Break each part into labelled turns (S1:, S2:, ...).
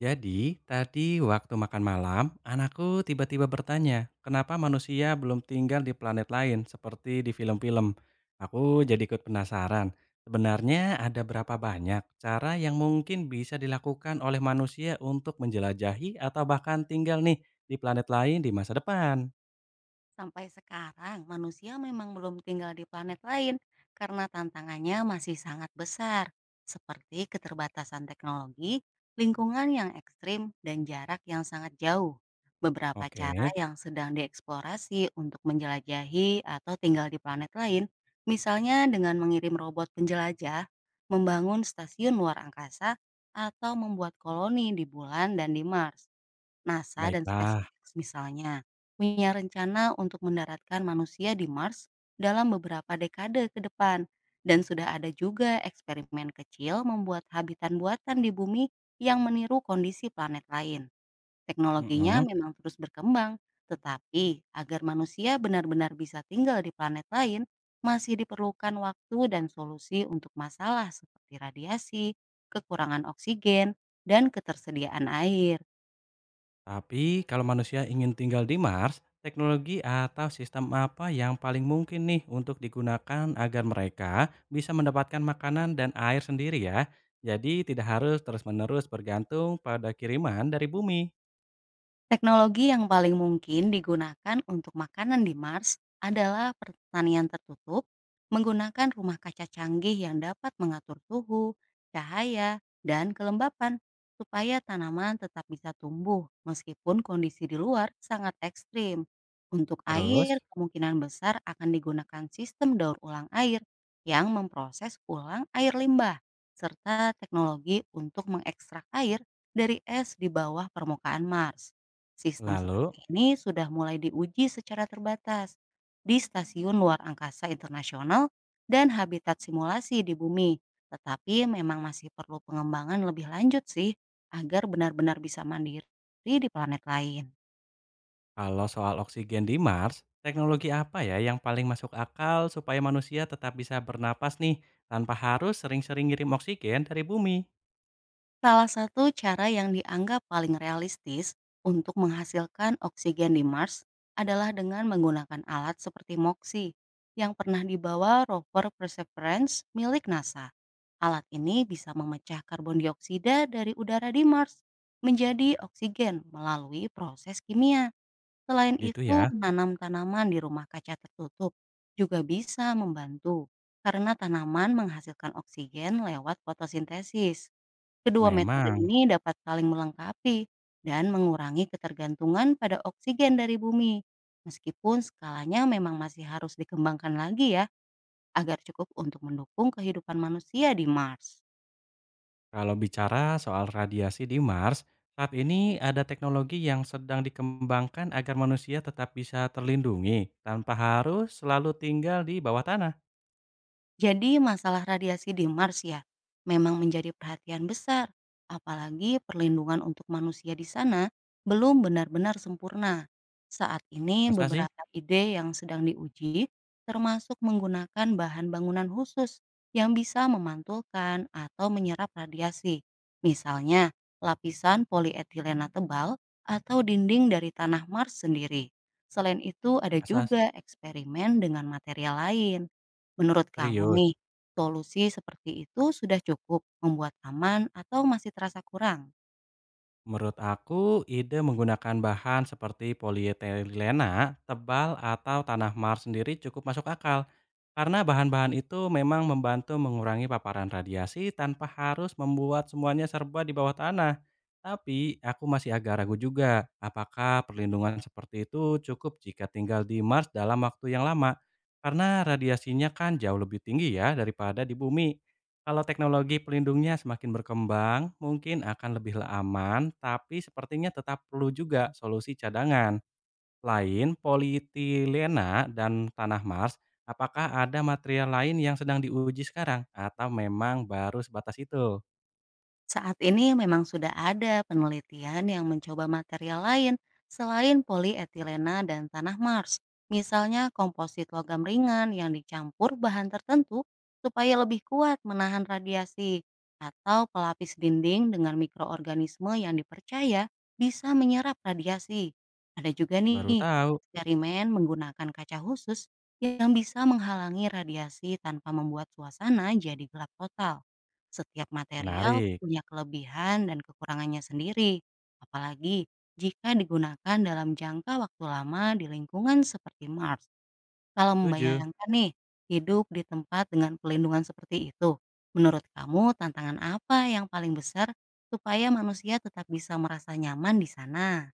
S1: Jadi, tadi waktu makan malam, anakku tiba-tiba bertanya, kenapa manusia belum tinggal di planet lain seperti di film-film? Aku jadi ikut penasaran. Sebenarnya ada berapa banyak cara yang mungkin bisa dilakukan oleh manusia untuk menjelajahi atau bahkan tinggal nih di planet lain di masa depan?
S2: Sampai sekarang, manusia memang belum tinggal di planet lain karena tantangannya masih sangat besar, seperti keterbatasan teknologi, lingkungan yang ekstrim, dan jarak yang sangat jauh. Beberapa
S1: Oke,
S2: cara yang sedang dieksplorasi untuk menjelajahi atau tinggal di planet lain, misalnya dengan mengirim robot penjelajah, membangun stasiun luar angkasa, atau membuat koloni di bulan dan di Mars. NASA dan
S1: baiklah.
S2: SpaceX misalnya, punya rencana untuk mendaratkan manusia di Mars dalam beberapa dekade ke depan. Dan sudah ada juga eksperimen kecil membuat habitat buatan di bumi yang meniru kondisi planet lain. Teknologinya
S1: Mm-mm.
S2: memang terus berkembang, tetapi agar manusia benar-benar bisa tinggal di planet lain, masih diperlukan waktu dan solusi untuk masalah seperti radiasi, kekurangan oksigen, dan ketersediaan air.
S1: Tapi kalau manusia ingin tinggal di Mars, teknologi atau sistem apa yang paling mungkin nih untuk digunakan agar mereka bisa mendapatkan makanan dan air sendiri ya? Jadi tidak harus terus-menerus bergantung pada kiriman dari bumi.
S2: Teknologi yang paling mungkin digunakan untuk makanan di Mars adalah pertanian tertutup, menggunakan rumah kaca canggih yang dapat mengatur suhu, cahaya, dan kelembapan supaya tanaman tetap bisa tumbuh meskipun kondisi di luar sangat ekstrim. Untuk
S1: Terus,
S2: air, kemungkinan besar akan digunakan sistem daur ulang air yang memproses ulang air limbah, serta teknologi untuk mengekstrak air dari es di bawah permukaan Mars. Sistem
S1: lalu
S2: seperti ini sudah mulai diuji secara terbatas di Stasiun Luar Angkasa Internasional dan habitat simulasi di bumi. Tetapi memang masih perlu pengembangan lebih lanjut sih agar benar-benar bisa mandiri di planet lain.
S1: kalau soal oksigen di Mars, teknologi apa ya yang paling masuk akal supaya manusia tetap bisa bernapas nih tanpa harus sering-sering ngirim oksigen dari bumi?
S2: Salah satu cara yang dianggap paling realistis untuk menghasilkan oksigen di Mars adalah dengan menggunakan alat seperti MOXIE yang pernah dibawa rover Perseverance milik NASA. Alat ini bisa memecah karbon dioksida dari udara di Mars menjadi oksigen melalui proses kimia. Selain
S1: Gitu
S2: itu,
S1: ya.
S2: menanam tanaman di rumah kaca tertutup juga bisa membantu karena tanaman menghasilkan oksigen lewat fotosintesis. Kedua metode
S1: Memang.
S2: ini dapat saling melengkapi dan mengurangi ketergantungan pada oksigen dari bumi. Meskipun skalanya memang masih harus dikembangkan lagi ya agar cukup untuk mendukung kehidupan manusia di Mars.
S1: Kalau bicara soal radiasi di Mars, saat ini ada teknologi yang sedang dikembangkan agar manusia tetap bisa terlindungi tanpa harus selalu tinggal di bawah tanah.
S2: Jadi masalah radiasi di Mars ya, memang menjadi perhatian besar. Apalagi perlindungan untuk manusia di sana belum benar-benar sempurna. Saat ini
S1: Masa sih?
S2: beberapa ide yang sedang diuji, termasuk menggunakan bahan bangunan khusus yang bisa memantulkan atau menyerap radiasi. Misalnya, lapisan polietilena tebal atau dinding dari tanah Mars sendiri. Selain itu, ada
S1: Masa sih?
S2: juga eksperimen dengan material lain. Menurut kamu
S1: Serius?
S2: nih, solusi seperti itu sudah cukup membuat aman atau masih terasa kurang?
S1: Menurut aku, ide menggunakan bahan seperti polietilena, tebal, atau tanah Mars sendiri cukup masuk akal. Karena bahan-bahan itu memang membantu mengurangi paparan radiasi tanpa harus membuat semuanya serba di bawah tanah. Tapi aku masih agak ragu juga, apakah perlindungan seperti itu cukup jika tinggal di Mars dalam waktu yang lama? Karena radiasinya kan jauh lebih tinggi ya daripada di bumi. Kalau teknologi pelindungnya semakin berkembang, mungkin akan lebih aman, tapi sepertinya tetap perlu juga solusi cadangan. Lain polietilena dan tanah Mars, apakah ada material lain yang sedang diuji sekarang atau memang baru sebatas itu?
S2: Saat ini memang sudah ada penelitian yang mencoba material lain selain polietilena dan tanah Mars. Misalnya komposit logam ringan yang dicampur bahan tertentu supaya lebih kuat menahan radiasi atau pelapis dinding dengan mikroorganisme yang dipercaya bisa menyerap radiasi. Ada juga
S1: Baru
S2: nih
S1: tahu.
S2: eksperimen menggunakan kaca khusus yang bisa menghalangi radiasi tanpa membuat suasana jadi gelap total. Setiap material
S1: Menarik.
S2: punya kelebihan dan kekurangannya sendiri, apalagi jika digunakan dalam jangka waktu lama di lingkungan seperti Mars. Kalau
S1: Setuju.
S2: membayangkan nih, hidup di tempat dengan pelindungan seperti itu, menurut kamu tantangan apa yang paling besar supaya manusia tetap bisa merasa nyaman di sana?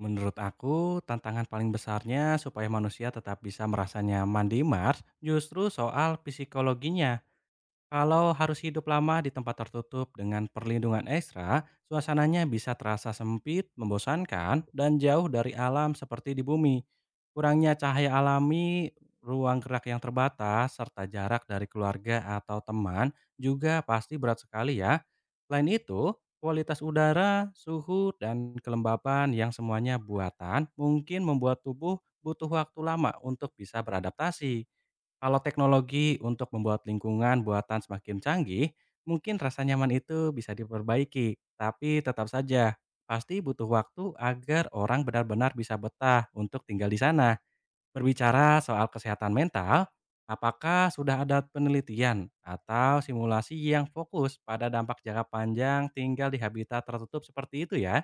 S1: Menurut aku, tantangan paling besarnya supaya manusia tetap bisa merasa nyaman di Mars justru soal psikologinya. Kalau harus hidup lama di tempat tertutup dengan perlindungan ekstra, suasananya bisa terasa sempit, membosankan, dan jauh dari alam seperti di bumi. Kurangnya cahaya alami, ruang gerak yang terbatas, serta jarak dari keluarga atau teman juga pasti berat sekali ya. Selain itu, kualitas udara, suhu, dan kelembapan yang semuanya buatan mungkin membuat tubuh butuh waktu lama untuk bisa beradaptasi. Kalau teknologi untuk membuat lingkungan buatan semakin canggih, mungkin rasa nyaman itu bisa diperbaiki. Tapi tetap saja, pasti butuh waktu agar orang benar-benar bisa betah untuk tinggal di sana. Berbicara soal kesehatan mental, apakah sudah ada penelitian atau simulasi yang fokus pada dampak jangka panjang tinggal di habitat tertutup seperti itu ya?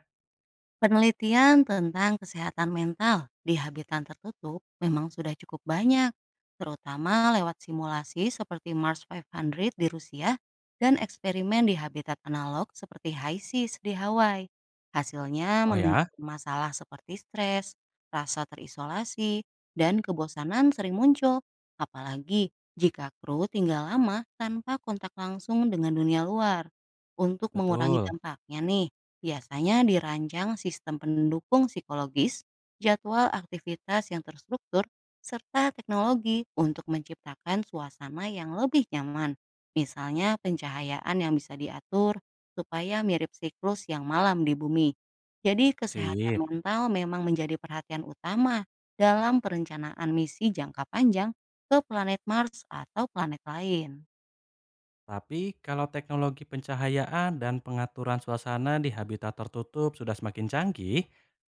S2: Penelitian tentang kesehatan mental di habitat tertutup memang sudah cukup banyak, terutama lewat simulasi seperti Mars 500 di Rusia dan eksperimen di habitat analog seperti HISIS di Hawaii. Hasilnya
S1: Oh ya,
S2: menunjukkan masalah seperti stres, rasa terisolasi, dan kebosanan sering muncul, apalagi jika kru tinggal lama tanpa kontak langsung dengan dunia luar. Untuk mengurangi
S1: betul
S2: dampaknya nih, biasanya dirancang sistem pendukung psikologis, jadwal aktivitas yang terstruktur, serta teknologi untuk menciptakan suasana yang lebih nyaman. Misalnya pencahayaan yang bisa diatur supaya mirip siklus yang malam di bumi. Jadi
S1: sih.
S2: kesehatan mental memang menjadi perhatian utama dalam perencanaan misi jangka panjang ke planet Mars atau planet lain.
S1: Tapi kalau teknologi pencahayaan dan pengaturan suasana di habitat tertutup sudah semakin canggih,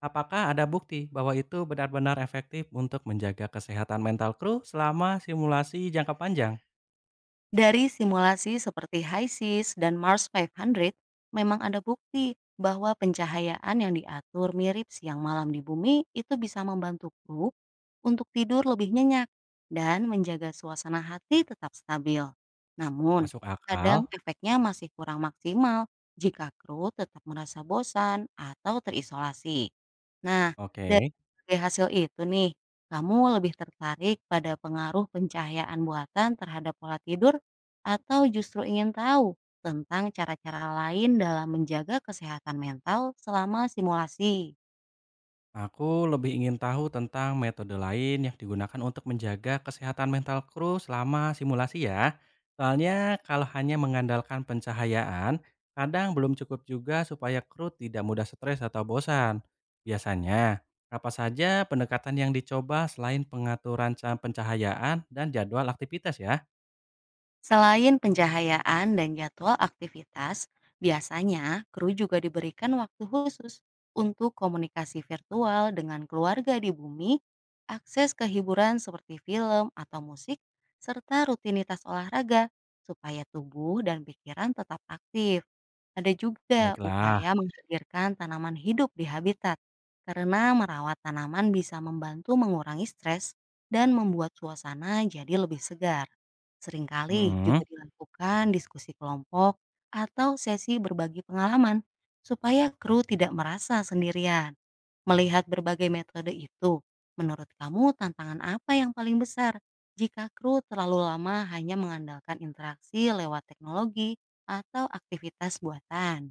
S1: apakah ada bukti bahwa itu benar-benar efektif untuk menjaga kesehatan mental kru selama simulasi jangka panjang?
S2: Dari simulasi seperti HISIS dan Mars 500, memang ada bukti bahwa pencahayaan yang diatur mirip siang malam di bumi itu bisa membantu kru untuk tidur lebih nyenyak dan menjaga suasana hati tetap stabil. Namun,
S1: Masuk akal?
S2: kadang efeknya masih kurang maksimal jika kru tetap merasa bosan atau terisolasi. Nah, dari
S1: Oke.
S2: berbagai hasil itu nih, kamu lebih tertarik pada pengaruh pencahayaan buatan terhadap pola tidur atau justru ingin tahu tentang cara-cara lain dalam menjaga kesehatan mental selama simulasi?
S1: Aku lebih ingin tahu tentang metode lain yang digunakan untuk menjaga kesehatan mental kru selama simulasi ya. Soalnya kalau hanya mengandalkan pencahayaan, kadang belum cukup juga supaya kru tidak mudah stres atau bosan. Biasanya, apa saja pendekatan yang dicoba selain pengaturan pencahayaan dan jadwal aktivitas ya?
S2: Selain pencahayaan dan jadwal aktivitas, biasanya kru juga diberikan waktu khusus untuk komunikasi virtual dengan keluarga di bumi, akses ke hiburan seperti film atau musik, serta rutinitas olahraga supaya tubuh dan pikiran tetap aktif. Ada juga
S1: Baiklah.
S2: upaya menghadirkan tanaman hidup di habitat, karena merawat tanaman bisa membantu mengurangi stres dan membuat suasana jadi lebih segar. Seringkali
S1: Mm-mm.
S2: juga dilakukan diskusi kelompok atau sesi berbagi pengalaman supaya kru tidak merasa sendirian. Melihat berbagai metode itu, menurut kamu tantangan apa yang paling besar jika kru terlalu lama hanya mengandalkan interaksi lewat teknologi atau aktivitas buatan?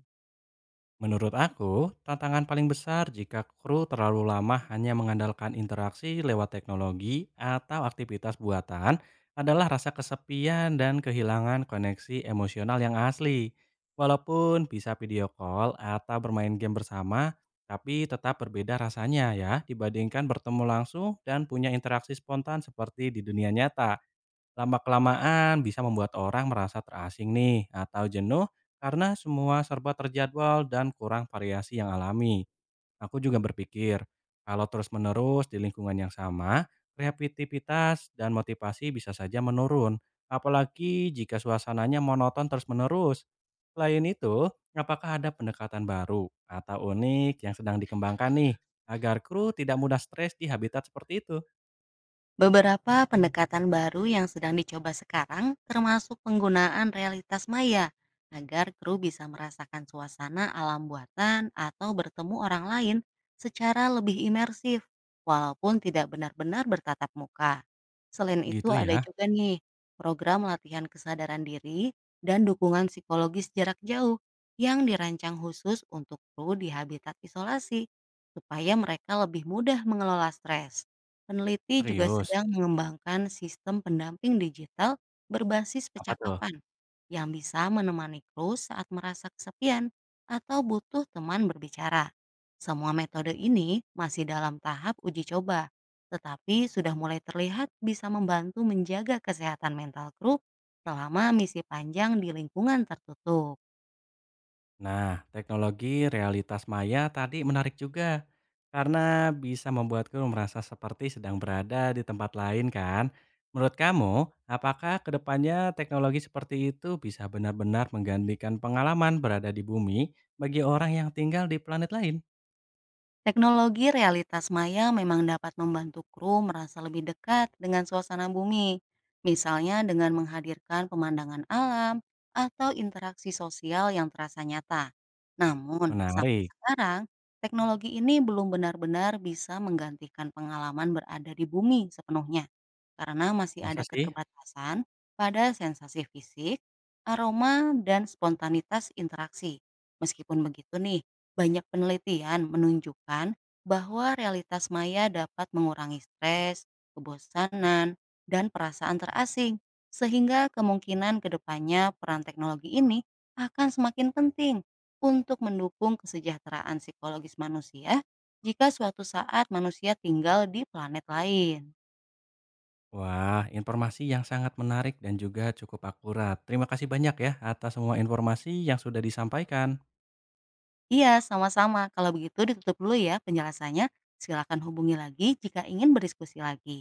S1: Menurut aku, tantangan paling besar jika kru terlalu lama hanya mengandalkan interaksi lewat teknologi atau aktivitas buatan adalah rasa kesepian dan kehilangan koneksi emosional yang asli. Walaupun bisa video call atau bermain game bersama, tapi tetap berbeda rasanya ya dibandingkan bertemu langsung dan punya interaksi spontan seperti di dunia nyata. Lama-kelamaan bisa membuat orang merasa terasing nih atau jenuh karena semua serba terjadwal dan kurang variasi yang alami. Aku juga berpikir, kalau terus-menerus di lingkungan yang sama, kreativitas dan motivasi bisa saja menurun, apalagi jika suasananya monoton terus-menerus. Selain itu, apakah ada pendekatan baru atau unik yang sedang dikembangkan nih agar kru tidak mudah stres di habitat seperti itu?
S2: Beberapa pendekatan baru yang sedang dicoba sekarang termasuk penggunaan realitas maya agar kru bisa merasakan suasana alam buatan atau bertemu orang lain secara lebih imersif walaupun tidak benar-benar bertatap muka. Selain itu
S1: Gitu
S2: ada
S1: ya,
S2: juga nih program latihan kesadaran diri dan dukungan psikologis jarak jauh yang dirancang khusus untuk kru di habitat isolasi supaya mereka lebih mudah mengelola stres. Peneliti juga
S1: serius.
S2: sedang mengembangkan sistem pendamping digital berbasis
S1: Apa tuh?
S2: percakapan yang bisa menemani kru saat merasa kesepian atau butuh teman berbicara. Semua metode ini masih dalam tahap uji coba, tetapi sudah mulai terlihat bisa membantu menjaga kesehatan mental kru selama misi panjang di lingkungan tertutup.
S1: Nah, teknologi realitas maya tadi menarik juga karena bisa membuatku merasa seperti sedang berada di tempat lain kan. Menurut kamu, apakah kedepannya teknologi seperti itu bisa benar-benar menggantikan pengalaman berada di bumi bagi orang yang tinggal di planet lain?
S2: Teknologi realitas maya memang dapat membantu kru merasa lebih dekat dengan suasana bumi, misalnya dengan menghadirkan pemandangan alam atau interaksi sosial yang terasa nyata. Namun, sampai
S1: Menarik,
S2: sekarang, teknologi ini belum benar-benar bisa menggantikan pengalaman berada di bumi sepenuhnya, karena masih
S1: masa
S2: ada
S1: sih?
S2: keterbatasan pada sensasi fisik, aroma, dan spontanitas interaksi. Meskipun begitu nih, banyak penelitian menunjukkan bahwa realitas maya dapat mengurangi stres, kebosanan, dan perasaan terasing, sehingga kemungkinan kedepannya peran teknologi ini akan semakin penting untuk mendukung kesejahteraan psikologis manusia jika suatu saat manusia tinggal di planet lain.
S1: Wah, informasi yang sangat menarik dan juga cukup akurat. Terima kasih banyak ya atas semua informasi yang sudah disampaikan.
S2: Iya, sama-sama. Kalau begitu ditutup dulu ya penjelasannya. Silakan hubungi lagi jika ingin berdiskusi lagi.